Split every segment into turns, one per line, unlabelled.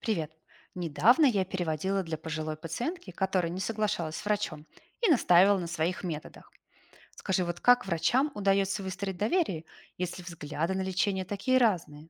Привет. Недавно я переводила для пожилой пациентки, которая не соглашалась с врачом и настаивала на своих методах. Скажи, вот как врачам удается выстроить доверие, если взгляды на лечение такие разные?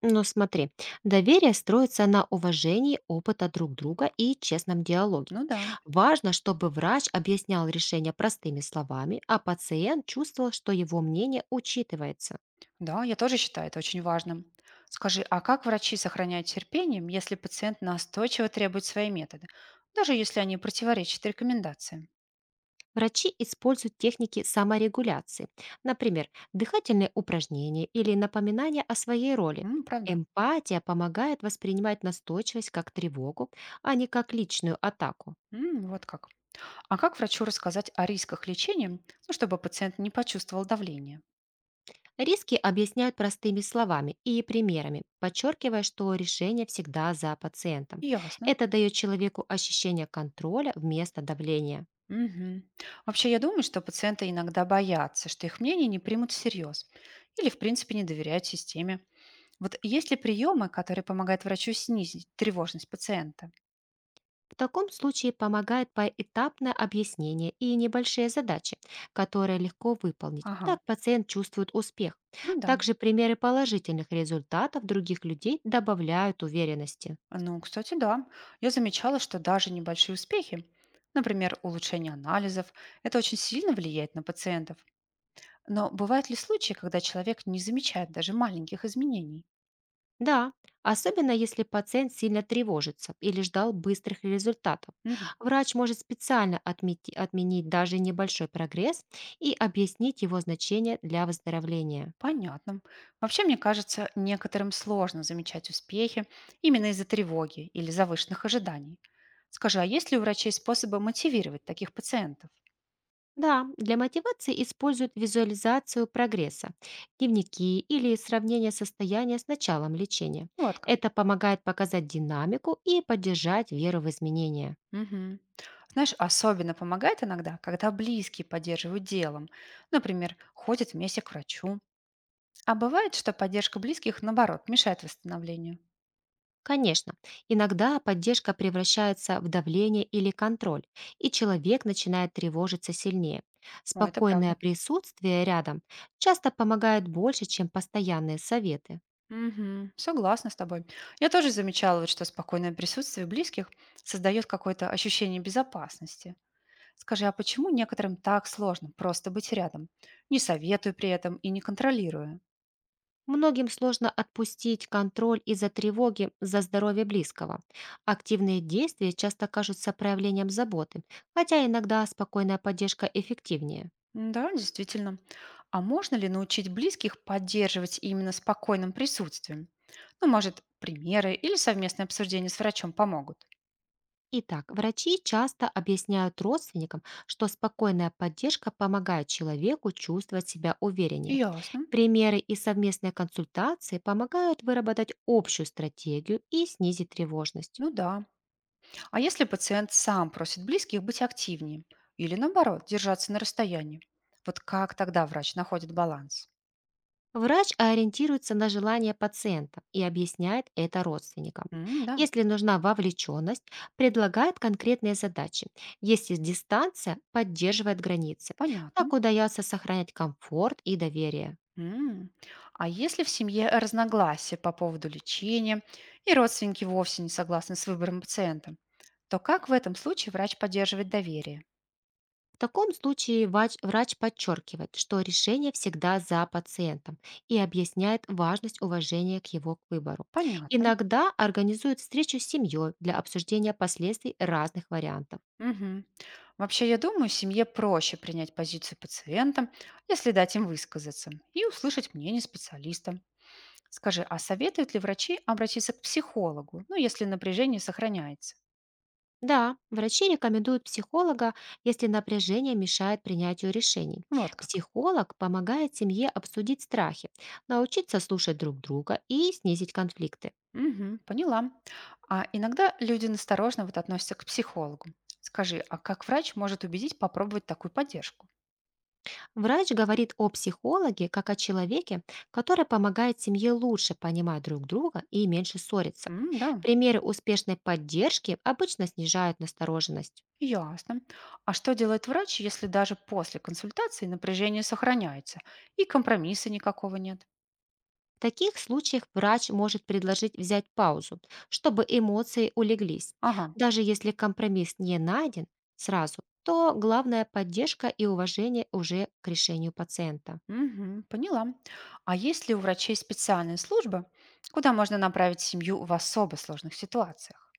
Но смотри, доверие строится на уважении опыта друг друга и честном диалоге.
Ну да.
Важно, чтобы врач объяснял решение простыми словами, а пациент чувствовал, что его мнение учитывается.
Да, я тоже считаю это очень важным. Скажи, а как врачи сохраняют терпение, если пациент настойчиво требует свои методы, даже если они противоречат рекомендациям?
Врачи используют техники саморегуляции, например, дыхательные упражнения или напоминания о своей роли.
М, правда?
Эмпатия помогает воспринимать настойчивость как тревогу, а не как личную атаку.
М, вот как. А как врачу рассказать о рисках лечения, ну, чтобы пациент не почувствовал давление?
Риски объясняют простыми словами и примерами, подчеркивая, что решение всегда за пациентом.
Ясно.
Это дает человеку ощущение контроля вместо давления.
Мгм. Вообще, я думаю, что пациенты иногда боятся, что их мнение не примут всерьез или, в принципе, не доверяют системе. Вот есть ли приемы, которые помогают врачу снизить тревожность пациента?
В таком случае помогает поэтапное объяснение и небольшие задачи, которые легко выполнить.
Ага,
Так пациент чувствует успех.
ну да.
Также примеры положительных результатов других людей добавляют уверенности.
Ну, кстати, да. Я замечала, что даже небольшие успехи, например, улучшение анализов, это очень сильно влияет на пациентов. Но бывают ли случаи, когда человек не замечает даже маленьких изменений?
Да, особенно если пациент сильно тревожится или ждал быстрых результатов. Врач может специально отменить даже небольшой прогресс и объяснить его значение для выздоровления.
Понятно. Вообще, мне кажется, некоторым сложно замечать успехи именно из-за тревоги или завышенных ожиданий. Скажи, а есть ли у врачей способы мотивировать таких пациентов?
Да, для мотивации используют визуализацию прогресса, дневники или сравнение состояния с началом лечения.
Вот как.
Это помогает показать динамику и поддержать веру в изменения.
Мгм. Знаешь, особенно помогает иногда, когда близкие поддерживают делом. Например, ходят вместе к врачу. А бывает, что поддержка близких, наоборот, мешает восстановлению.
Конечно, иногда поддержка превращается в давление или контроль, и человек начинает тревожиться сильнее.
О, это правда.
Спокойное присутствие рядом часто помогает больше, чем постоянные советы.
Мгм. Согласна с тобой. Я тоже замечала, вот, что спокойное присутствие близких создает какое-то ощущение безопасности. Скажи, а почему некоторым так сложно просто быть рядом, не советуя при этом и не контролируя?
Многим сложно отпустить контроль из-за тревоги за здоровье близкого. Активные действия часто кажутся проявлением заботы, хотя иногда спокойная поддержка эффективнее.
М, да, действительно. А можно ли научить близких поддерживать именно спокойным присутствием? Ну, может, примеры или совместное обсуждение с врачом помогут?
Итак, врачи часто объясняют родственникам, что спокойная поддержка помогает человеку чувствовать себя увереннее.
Ясно.
Примеры и совместные консультации помогают выработать общую стратегию и снизить тревожность.
Ну да. А если пациент сам просит близких быть активнее или, наоборот, держаться на расстоянии? Вот как тогда врач находит баланс?
Врач ориентируется на желания пациента и объясняет это родственникам.
М, да,
Если нужна вовлеченность, предлагает конкретные задачи. Если дистанция, поддерживает границы.
понятно.
Так удается сохранять комфорт и доверие.
М. А если в семье разногласия по поводу лечения и родственники вовсе не согласны с выбором пациента, то как в этом случае врач поддерживает доверие?
В таком случае врач подчеркивает, что решение всегда за пациентом и объясняет важность уважения к его выбору.
Понятно.
Иногда организует встречу с семьей для обсуждения последствий разных вариантов.
Мгм. Вообще, я думаю, семье проще принять позицию пациента, если дать им высказаться и услышать мнение специалиста. Скажи, а советуют ли врачи обратиться к психологу, ну, если напряжение сохраняется?
Да, врачи рекомендуют психолога, если напряжение мешает принятию решений.
Вот как.
Психолог помогает семье обсудить страхи, научиться слушать друг друга и снизить конфликты.
Мгм. Поняла. А иногда люди насторожно вот относятся к психологу. Скажи, а как врач может убедить попробовать такую поддержку?
Врач говорит о психологе как о человеке, который помогает семье лучше понимать друг друга и меньше ссориться.
М, да,
Примеры успешной поддержки обычно снижают настороженность.
ясно. А что делает врач, если даже после консультации напряжение сохраняется и компромисса никакого нет?
В таких случаях врач может предложить взять паузу, чтобы эмоции улеглись.
Ага,
Даже если компромисс не найден сразу, то главная поддержка и уважение уже к решению пациента.
мгм, поняла. А есть ли у врачей специальная служба, куда можно направить семью в особо сложных ситуациях?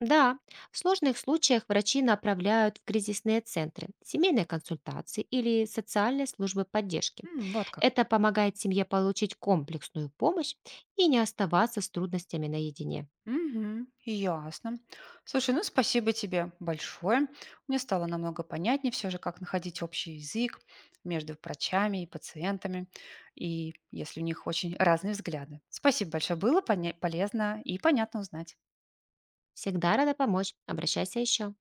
Да, в сложных случаях врачи направляют в кризисные центры, семейные консультации или социальные службы поддержки.
М, вот как.
Это помогает семье получить комплексную помощь и не оставаться с трудностями наедине.
Мгм. Ясно. Слушай, ну спасибо тебе большое. Мне стало намного понятнее все же, как находить общий язык между врачами и пациентами, и если у них очень разные взгляды. Спасибо большое, было полезно и понятно узнать.
Всегда рада помочь. Обращайся еще.